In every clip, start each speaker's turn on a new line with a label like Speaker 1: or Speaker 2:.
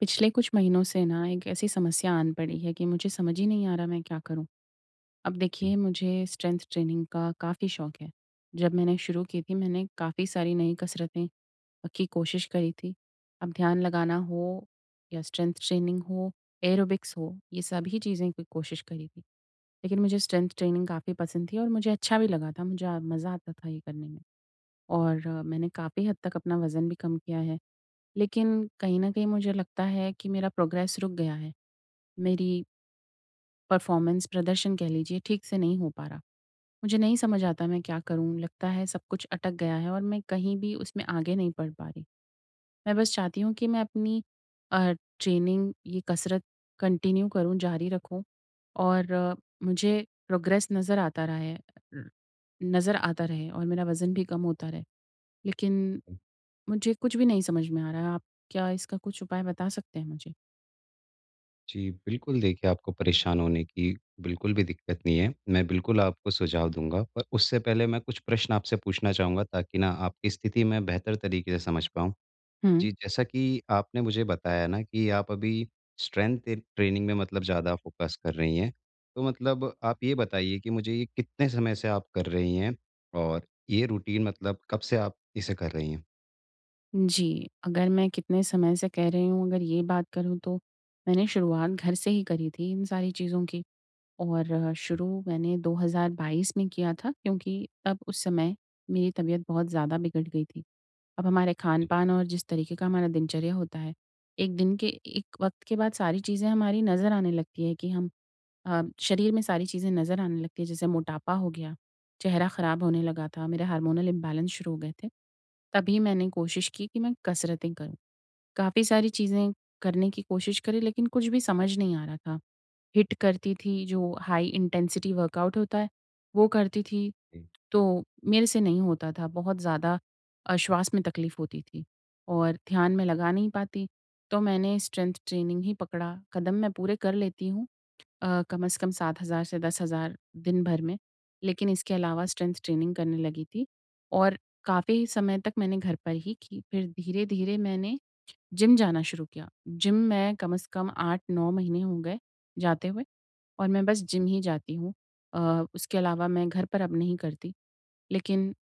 Speaker 1: पिछले कुछ महीनों से ना एक ऐसी समस्या आन पड़ी है कि मुझे समझ ही नहीं आ रहा मैं क्या करूँ? अब देखिए
Speaker 2: जी,
Speaker 1: मुझे स्ट्रेंथ ट्रेनिंग का काफ़ी शौक है। जब मैंने शुरू की थी मैंने काफ़ी सारी नई कसरतें की कोशिश करी थी। अब ध्यान लगाना हो या स्ट्रेंथ ट्रेनिंग हो, एरोबिक्स हो, ये सभी चीज़ें की कोशिश करी थी। लेकिन मुझे स्ट्रेंथ ट्रेनिंग काफ़ी पसंद थी और मुझे अच्छा भी लगा था, मुझे मज़ा आता था ये करने में। और मैंने काफ़ी हद तक अपना वज़न भी कम किया है। लेकिन कहीं न कहीं मुझे लगता है कि मेरा प्रोग्रेस रुक गया है। मेरी परफ़ॉर्मेंस प्रदर्शन कह लीजिए ठीक से नहीं हो पा रहा। मुझे नहीं समझ आता मैं क्या करूँ? लगता है सब कुछ अटक गया है और मैं कहीं भी उसमें आगे नहीं बढ़ पा रही। मैं बस चाहती हूँ कि मैं अपनी अ, ट्रेनिंग ये कसरत कंटिन्यू करूँ, जारी रखूँ और मुझे प्रोग्रेस नज़र आता रहा है र नज़र आता रहे और मेरा वज़न भी कम होता रहे। लेकिन मुझे कुछ भी नहीं समझ में आ रहा है। आप क्या इसका कुछ उपाय बता सकते हैं मुझे?
Speaker 2: जी, बिल्कुल देखिए, आपको परेशान होने की बिल्कुल भी दिक्कत नहीं है। मैं बिल्कुल आपको सुझाव दूँगा, पर उससे पहले मैं कुछ प्रश्न आपसे पूछना चाहूँगा, ताकि ना आपकी स्थिति मैं बेहतर तरीके से समझ पाऊँ।
Speaker 1: हुँ।
Speaker 2: जी, जैसा कि आपने मुझे बताया ना कि आप अभी स्ट्रेंथ टे ट्रेनिंग में मतलब ज़्यादा फ़ोकस कर रही हैं। तो मतलब आप ये बताइए कि मुझे ये कितने समय से आप कर रही हैं? और ये रूटीन मतलब कब से आप इसे कर रही हैं?
Speaker 1: जी, अगर मैं कितने समय से कह रही हूँ अगर ये बात करूँ तो मैंने शुरुआत घर से ही करी थी इन सारी चीज़ों की। और शुरू मैंने 2022 में किया था क्योंकि तब उस समय मेरी तबीयत बहुत ज़्यादा बिगड़ गई थी। अब हमारे
Speaker 2: जी,
Speaker 1: खान-पान और जिस तरीके का हमारा दिनचर्या होता है, एक दिन के एक वक़्त के बाद सारी चीज़ें हमारी नज़र आने लगती है कि शरीर में सारी चीज़ें नज़र आने लगती है जैसे मोटापा हो गया, चेहरा ख़राब होने लगा था, मेरे हार्मोनल इम्बैलेंस शुरू हो गए थे। तभी मैंने कोशिश की कि मैं कसरतें करूँ। काफ़ी सारी चीज़ें करने की कोशिश करी लेकिन कुछ भी समझ नहीं आ रहा था। हिट करती थी जो हाई इंटेंसिटी वर्कआउट होता है, वो करती थी
Speaker 2: जी।
Speaker 1: तो मेरे से नहीं होता था। बहुत ज़्यादा श्वास में तकलीफ़ होती थी और ध्यान में लगा नहीं पाती। तो मैंने स्ट्रेंथ ट्रेनिंग ही पकड़ा, कदम मैं पूरे कर लेती हूँ कम से कम 7,000 से 10,000 दिन भर में। लेकिन इसके अलावा स्ट्रेंथ ट्रेनिंग करने लगी थी और काफ़ी समय तक मैंने घर पर ही की। फिर धीरे-धीरे मैंने जिम जाना शुरू किया। जिम मैं कम से कम 8-9 महीने हो गए जाते हुए और मैं बस जिम ही जाती हूँ। अ, उसके अलावा मैं घर पर अब नहीं करती। लेकिन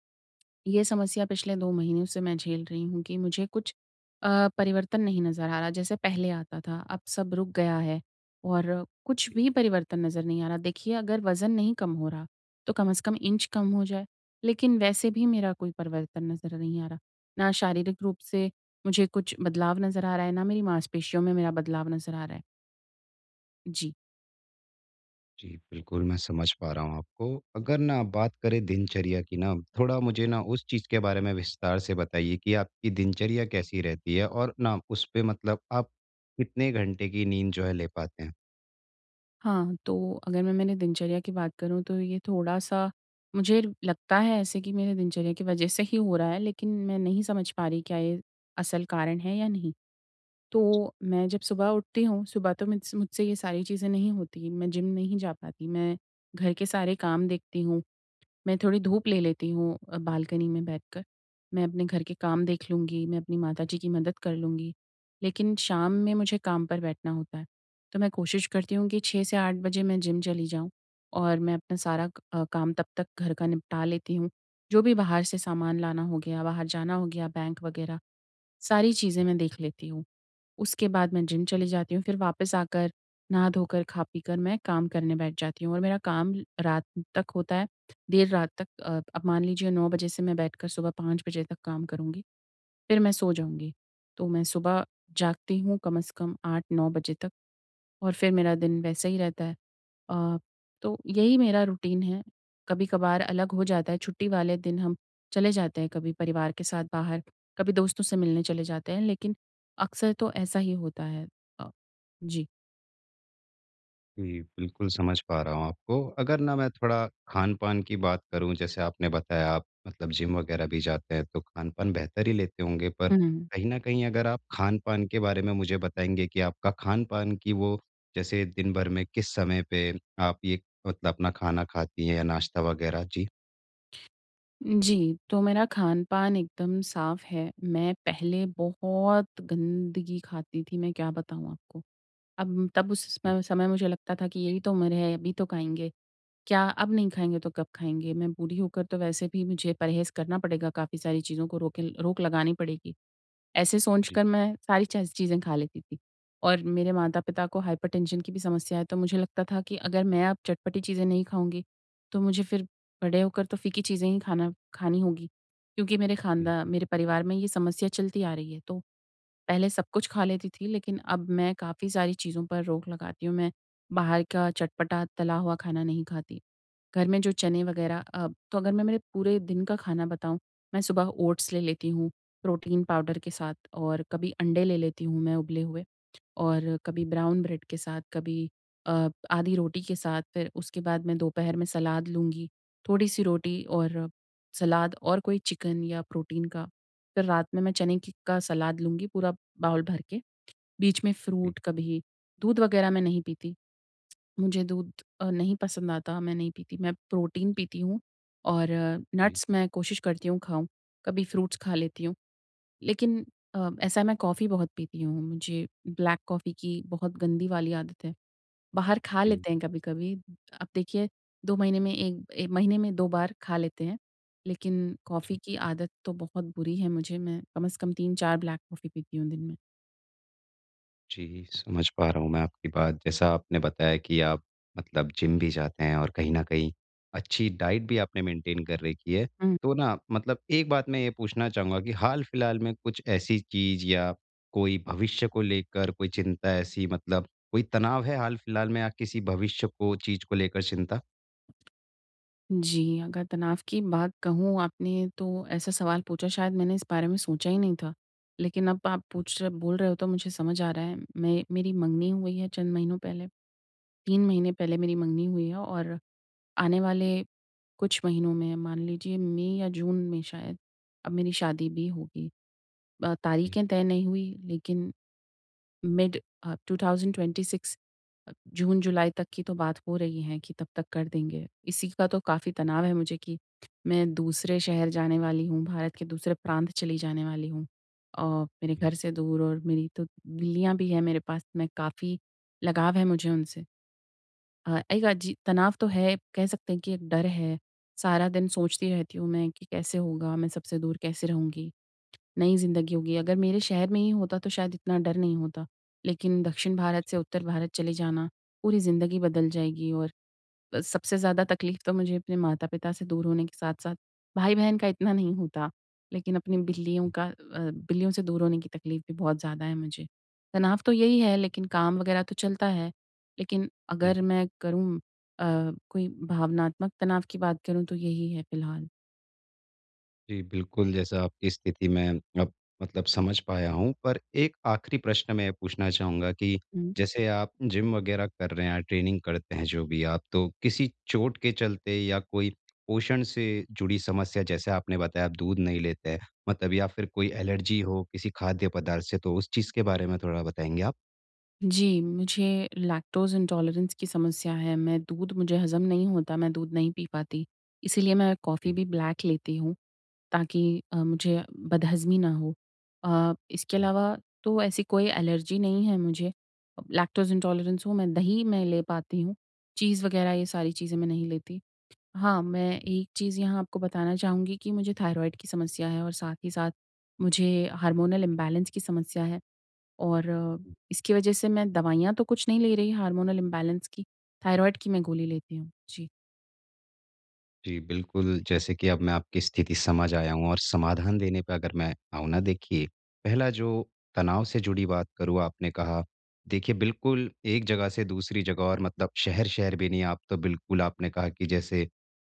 Speaker 1: ये समस्या पिछले 2 महीनों से मैं झेल रही हूँ कि मुझे कुछ परिवर्तन नहीं नज़र आ रहा, जैसे पहले आता था, अब सब रुक गया है और कुछ भी परिवर्तन नज़र नहीं आ रहा। देखिए, अगर वज़न नहीं कम हो रहा, तो कम से कम इंच कम हो जाए, लेकिन वैसे भी मेरा कोई परिवर्तन नज़र नहीं आ रहा। ना शारीरिक रूप से मुझे कुछ बदलाव नज़र आ रहा है, ना मेरी मांसपेशियों में मेरा बदलाव नज़र आ रहा है। जी।
Speaker 2: जी, बिल्कुल मैं समझ पा रहा हूँ आपको। अगर ना आप बात करें दिनचर्या की ना, थोड़ा मुझे ना उस चीज़ के बारे में विस्तार से बताइए कि आपकी दिनचर्या कैसी रहती है? और ना उसपे मतलब आप कितने घंटे की नींद जो है ले पाते हैं?
Speaker 1: हाँ, तो अगर मैंने दिनचर्या की बात करूँ तो ये थोड़ा-सा मुझे लगता है ऐसे कि मेरे दिनचर्या की वज़ह से ही हो रहा है, लेकिन मैं नहीं समझ पा रही क्या ये असल कारण है या नहीं। तो मैं जब सुबह उठती हूँ, सुबह तो मुझसे ये सारी चीज़ें नहीं होती, मैं जिम नहीं जा पाती, मैं घर के सारे काम देखती हूँ। मैं थोड़ी धूप ले लेती हूँ बालकनी में बैठकर। मैं अपने घर के काम देख लूँगी, मैं अपनी माताजी की मदद कर लूँगी। लेकिन शाम में मुझे काम पर बैठना होता है। तो मैं कोशिश करती हूँ कि 6 से 8 बजे मैं जिम चली जाऊँ और मैं अपना सारा काम तब तक घर का निपटा लेती हूँ। जो भी बाहर से सामान लाना हो गया, बाहर जाना हो गया, बैंक वग़ैरह, सारी चीज़ें मैं देख लेती हूँ। उसके बाद मैं जिम चली जाती हूँ, फिर वापस आकर नहा-धोकर, खा-पीकर मैं काम करने बैठ जाती हूँ और मेरा काम रात तक होता है, देर रात तक अब मान लीजिए 9 बजे से मैं बैठकर सुबह 5 बजे तक काम करूँगी, फिर मैं सो जाऊँगी। तो मैं सुबह जागती हूँ कम से कम 8-9 बजे तक और फिर मेरा दिन वैसे ही रहता है। अ, तो यही मेरा रूटीन है। कभी-कभार अलग हो जाता है, छुट्टी वाले दिन हम चले जाते हैं कभी परिवार के साथ बाहर, कभी दोस्तों से मिलने चले जाते हैं, लेकिन अक्सर तो ऐसा ही होता है। अ, जी।
Speaker 2: जी, बिल्कुल समझ पा रहा हूँ आपको। अगर ना मैं थोड़ा खान-पान की बात करूँ, जैसे आपने बताया आप मतलब जिम वगैरह भी जाते हैं, तो खान-पान बेहतर ही लेते होंगे। पर
Speaker 1: हुँ।
Speaker 2: कहीं न कहीं अगर आप खान-पान के बारे में मुझे बताएँगे कि आपका खान-पान की वो, जैसे दिन भर में किस समय पे आप ये मतलब अपना खाना खाती हैं या नाश्ता वगैरह? जी,
Speaker 1: जी, तो मेरा खान-पान एकदम साफ़ है। मैं पहले बहुत गंदगी खाती थी, मैं क्या बताऊँ आपको। अब तब उस
Speaker 2: जी,
Speaker 1: समय समय मुझे लगता था कि यही तो उम्र है, अभी तो खाएँगे। क्या अब नहीं खाएँगे तो कब खाएँगे? मैं बूढ़ी होकर तो वैसे भी मुझे परहेज़ करना पड़ेगा, काफ़ी सारी चीज़ों को रोक लगानी पड़ेगी। ऐसे सोच
Speaker 2: जी,
Speaker 1: कर मैं सारी चीज़ें खा लेती थी। और मेरे माता-पिता को हाइपरटेंशन की भी समस्या है, तो मुझे लगता था कि अगर मैं अब चटपटी चीज़ें नहीं खाऊँगी, तो मुझे फिर बड़े होकर तो फीकी चीज़ें ही खाना खानी होगी। क्योंकि मेरे
Speaker 2: जी,
Speaker 1: खानदा मेरे परिवार में ये समस्या चलती आ रही है। तो पहले सब कुछ खा लेती थी, लेकिन अब मैं काफ़ी सारी चीज़ों पर रोक लगाती हूँ। मैं बाहर का चटपटा तला हुआ खाना नहीं खाती। घर में जो चने वग़ैरह तो अगर मैं मेरे पूरे दिन का खाना बताऊँ, मैं सुबह ओट्स ले लेती हूँ, प्रोटीन पाउडर के साथ और कभी अंडे ले लेती हूँ मैं उबले हुए। और कभी ब्राउन ब्रेड के साथ, कभी आधी रोटी के साथ, फिर उसके बाद मैं दोपहर में सलाद लूँगी, थोड़ी-सी रोटी और सलाद और कोई चिकन या प्रोटीन का। फिर रात में मैं चने की का सलाद लूँगी पूरा बाउल भर के, बीच में
Speaker 2: जी,
Speaker 1: फ्रूट कभी दूध वग़ैरह मैं नहीं पीती, मुझे दूध नहीं पसंद आता, मैं नहीं पीती, मैं प्रोटीन पीती हूँ और
Speaker 2: जी,
Speaker 1: नट्स मैं कोशिश करती हूँ खाऊँ, कभी फ्रूट्स खा लेती हूँ। लेकिन ऐसा है मैं कॉफ़ी बहुत पीती हूँ, मुझे ब्लैक कॉफ़ी की बहुत गंदी वाली आदत है। बाहर खा
Speaker 2: जी,
Speaker 1: लेते हैं कभी-कभी, अब देखिए 2 महीने में 1 महीने में 2 बार खा लेते हैं, लेकिन कॉफ़ी
Speaker 2: जी।
Speaker 1: की आदत तो बहुत बुरी है मुझे, मैं कम से कम 3-4 ब्लैक कॉफ़ी पीती हूँ दिन में।
Speaker 2: जी, समझ पा रहा हूँ मैं आपकी बात। जैसा आपने बताया कि आप मतलब जिम भी जाते हैं और कहीं न कहीं अच्छी डाइट भी आपने मेंटेन कर रखी है।
Speaker 1: हुँ।
Speaker 2: तो ना मतलब एक बात मैं ये पूछना चाहूँगा कि हाल-फिलहाल में कुछ ऐसी चीज़ या कोई भविष्य को लेकर कोई चिंता, ऐसी मतलब कोई तनाव है हाल-फिलहाल में या किसी भविष्य को चीज़ को लेकर चिंता?
Speaker 1: जी, अगर तनाव की बात कहूँ आपने तो ऐसा सवाल पूछा शायद मैंने इस बारे में सोचा ही नहीं था। लेकिन अब आप पूछ रहे बोल रहे हो तो मुझे समझ आ रहा है, मैं मेरी मंगनी हुई है चंद महीनों पहले। 3 महीने पहले मेरी मंगनी हुई है और आने वाले कुछ महीनों में मान लीजिए मई या जून में शायद अब मेरी शादी भी होगी।
Speaker 2: जी,
Speaker 1: तारीखें तय नहीं हुई लेकिन मिड 2026 जून-जुलाई तक की तो बात हो रही है कि तब तक कर देंगे। इसी का तो काफ़ी तनाव है मुझे कि मैं दूसरे शहर जाने वाली हूँ, भारत के दूसरे प्रांत चली जाने वाली हूँ अ, मेरे
Speaker 2: जी,
Speaker 1: घर से दूर और मेरी तो बिल्लियाँ भी हैं मेरे पास, मैं काफ़ी लगाव है मुझे उनसे। एक अजी तनाव तो है, कह सकते हैं कि एक डर है। सारा दिन सोचती रहती हूँ मैं कि कैसे होगा, मैं सबसे दूर कैसे रहूँगी, नई ज़िंदगी होगी। अगर मेरे शहर में ही होता तो शायद इतना डर नहीं होता, लेकिन दक्षिण भारत से उत्तर भारत चले जाना, पूरी ज़िंदगी बदल जाएगी और सबसे ज़्यादा तकलीफ़ तो मुझे अपने माता-पिता से दूर होने के साथ-साथ भाई-बहन का इतना नहीं होता, लेकिन अपनी बिल्लियों से दूर होने की तकलीफ़ भी बहुत ज़्यादा है मुझे। तनाव तो यही है लेकिन काम वग़ैरह तो चलता है, लेकिन
Speaker 2: जी।
Speaker 1: अगर मैं करूँ अ, कोई भावनात्मक तनाव की बात करूँ तो यही है फ़िलहाल।
Speaker 2: जी, बिल्कुल, जैसा आपकी स्थिति मैं अब मतलब समझ पाया हूँ, पर एक आखिरी प्रश्न मैं पूछना चाहूँगा कि
Speaker 1: हुँ।
Speaker 2: जैसे आप जिम वग़ैरह कर रहे हैं, ट्रेनिंग करते हैं जो भी आप, तो किसी चोट के चलते या कोई पोषण से जुड़ी समस्या, जैसे आपने बताया आप दूध नहीं लेते हैं, मतलब या फिर कोई एलर्जी हो किसी खाद्य पदार्थ से, तो उस चीज़ के बारे में थोड़ा बताएँगे आप?
Speaker 1: जी, मुझे लैक्टोज़ इंटॉलरेंस की समस्या है, मैं दूध मुझे हज़म नहीं होता, मैं दूध नहीं पी पाती, इसीलिए मैं कॉफ़ी
Speaker 2: जी,
Speaker 1: भी ब्लैक लेती हूँ। ताकि मुझे बदहज़मी ना हो। इसके
Speaker 2: जी।
Speaker 1: अलावा तो ऐसी कोई एलर्जी नहीं है मुझे। लैक्टोज़ इंटॉलरेंस हूँ मैं, दही मैं ले पाती हूँ, चीज़ वग़ैरह ये सारी चीज़ें मैं नहीं लेती। हाँ, मैं एक चीज़ यहाँ आपको बताना चाहूँगी कि मुझे थायरॉइड की समस्या है और साथ ही साथ मुझे हार्मोनल इम्बैलेंस की समस्या है और इसकी वज़ह से मैं दवाइयाँ तो कुछ नहीं ले रही हार्मोनल इम्बैलेंस की, थायरॉइड की मैं गोली लेती हूँ। जी।
Speaker 2: जी, बिल्कुल, जैसे कि अब मैं आपकी स्थिति समझ आया हूँ और समाधान देने पे अगर मैं आऊँ ना, देखिए, पहला जो तनाव से जुड़ी बात करूँ, आपने कहा, देखिए बिल्कुल एक जगह से दूसरी जगह और मतलब शहर-शहर भी नहीं, आप तो बिल्कुल आपने कहा कि जैसे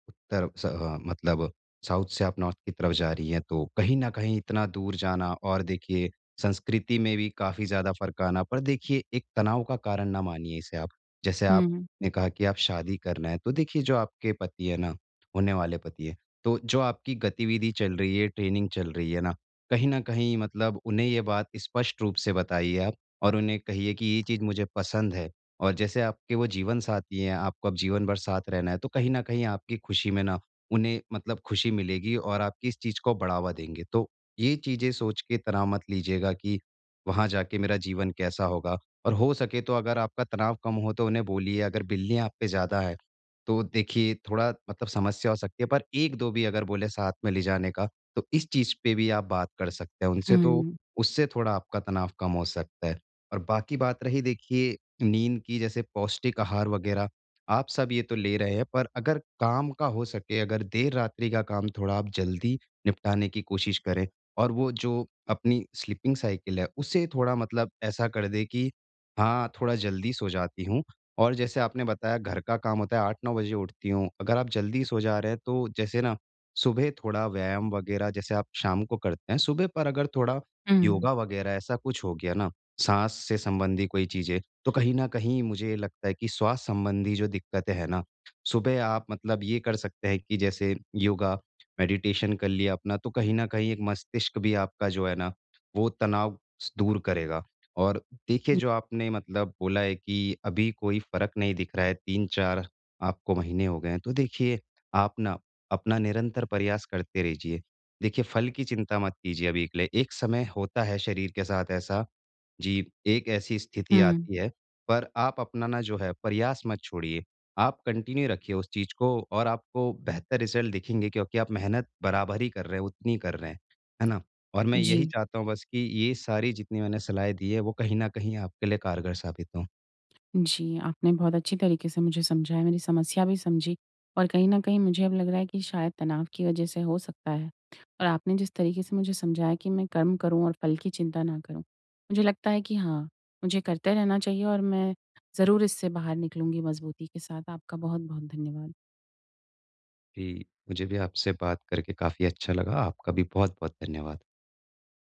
Speaker 2: मतलब साउथ से आप नॉर्थ की तरफ जा रही हैं, तो कहीं न कहीं इतना दूर जाना और देखिए संस्कृति में भी काफ़ी ज़्यादा फ़र्क आना, पर देखिए एक तनाव का कारण ना मानिए इसे आप। जैसे
Speaker 1: हुँ,
Speaker 2: आपने कहा कि आप शादी करना है, तो देखिए जो आपके पति है ना, होने वाले पति है। तो जो आपकी गतिविधि चल रही है, ट्रेनिंग चल रही है ना, कहीं न कहीं मतलब उन्हें ये बात स्पष्ट रूप से बताइए आप और उन्हें कहिए कि ये चीज़ मुझे पसंद है और जैसे आपके वो जीवनसाथी हैं, आपको अब जीवन भर साथ रहना है, तो कहीं न कहीं आपकी खुशी में ना उन्हें मतलब खुशी मिलेगी और आपकी इस चीज़ को बढ़ावा देंगे। तो ये चीज़ें सोच के तनाव मत लीजिएगा कि वहाँ जाके मेरा जीवन कैसा होगा, और हो सके तो अगर आपका तनाव कम हो तो उन्हें बोलिए, अगर बिल्लियाँ आप पे ज़्यादा हैं तो देखिए थोड़ा मतलब समस्या हो सकती है, पर 1-2 भी अगर बोले साथ में ले जाने का, तो इस चीज़ पे भी आप बात कर सकते हैं उनसे, तो
Speaker 1: हुँ,
Speaker 2: उससे थोड़ा आपका तनाव कम हो सकता है। और बाकी बात रही देखिए नींद की, जैसे पौष्टिक आहार वग़ैरह, आप सब ये तो ले रहे हैं, पर अगर काम का हो सके, अगर देर रात्रि का काम थोड़ा आप जल्दी निपटाने की कोशिश करें और वो जो अपनी स्लीपिंग साइकिल है उसे थोड़ा मतलब ऐसा कर दें कि हाँ, थोड़ा जल्दी सो जाती हूँ। और जैसे आपने बताया घर का काम होता है, 8-9 बजे उठती हूँ। अगर आप जल्दी सो जा रहे हैं तो जैसे ना सुबह थोड़ा व्यायाम वग़ैरह जैसे आप शाम को करते हैं, सुबह पर अगर थोड़ा
Speaker 1: हुँ,
Speaker 2: योगा वग़ैरह ऐसा कुछ हो गया ना, साँस से संबंधी कोई चीज़ें, तो कहीं न कहीं मुझे लगता है कि स्वास्थ्य संबंधी जो दिक्कतें हैं ना, सुबह आप मतलब ये कर सकते हैं कि जैसे योगा, मेडिटेशन कर लिया अपना, तो कहीं न कहीं एक मस्तिष्क भी आपका जो है ना, वो तनाव स दूर करेगा। और देखिए
Speaker 1: हुँ,
Speaker 2: जो आपने मतलब बोला है कि अभी कोई फ़र्क नहीं दिख रहा है, 3-4 आपको महीने हो गए हैं, तो देखिए आप ना अपना निरंतर प्रयास करते रहिए। देखिए फल की चिंता मत कीजिए अभी के लिए, एक समय होता है शरीर के साथ ऐसा, जी, एक ऐसी स्थिति
Speaker 1: हुँ,
Speaker 2: आती है, पर आप अपनाना जो है प्रयास मत छोड़िए। आप कंटिन्यू रखिए उस चीज़ को और आपको बेहतर रिज़ल्ट दिखेंगे, क्योंकि आप मेहनत बराबर ही कर रहे हैं, उतनी ही कर रहे हैं। है ना? और मैं
Speaker 1: जी।
Speaker 2: यही चाहता हूँ बस कि ये सारी जितनी मैंने सलाहें दी है, वो कहीं न कहीं आपके लिए कारगर साबित हों।
Speaker 1: जी, आपने बहुत अच्छी तरीके से मुझे समझाया, मेरी समस्या भी समझी और कहीं न कहीं मुझे अब लग रहा है कि शायद तनाव की वजह से हो सकता है और आपने जिस तरीके से मुझे समझाया कि मैं कर्म करूँ और फल की चिंता ना करूँ, मुझे लगता है कि हाँ, मुझे करते रहना चाहिए और मैं ज़रूर इससे बाहर निकलूँगी मज़बूती के साथ। आपका बहुत-बहुत धन्यवाद।
Speaker 2: जी, मुझे भी आपसे बात करके काफ़ी अच्छा लगा। आपका भी बहुत-बहुत धन्यवाद।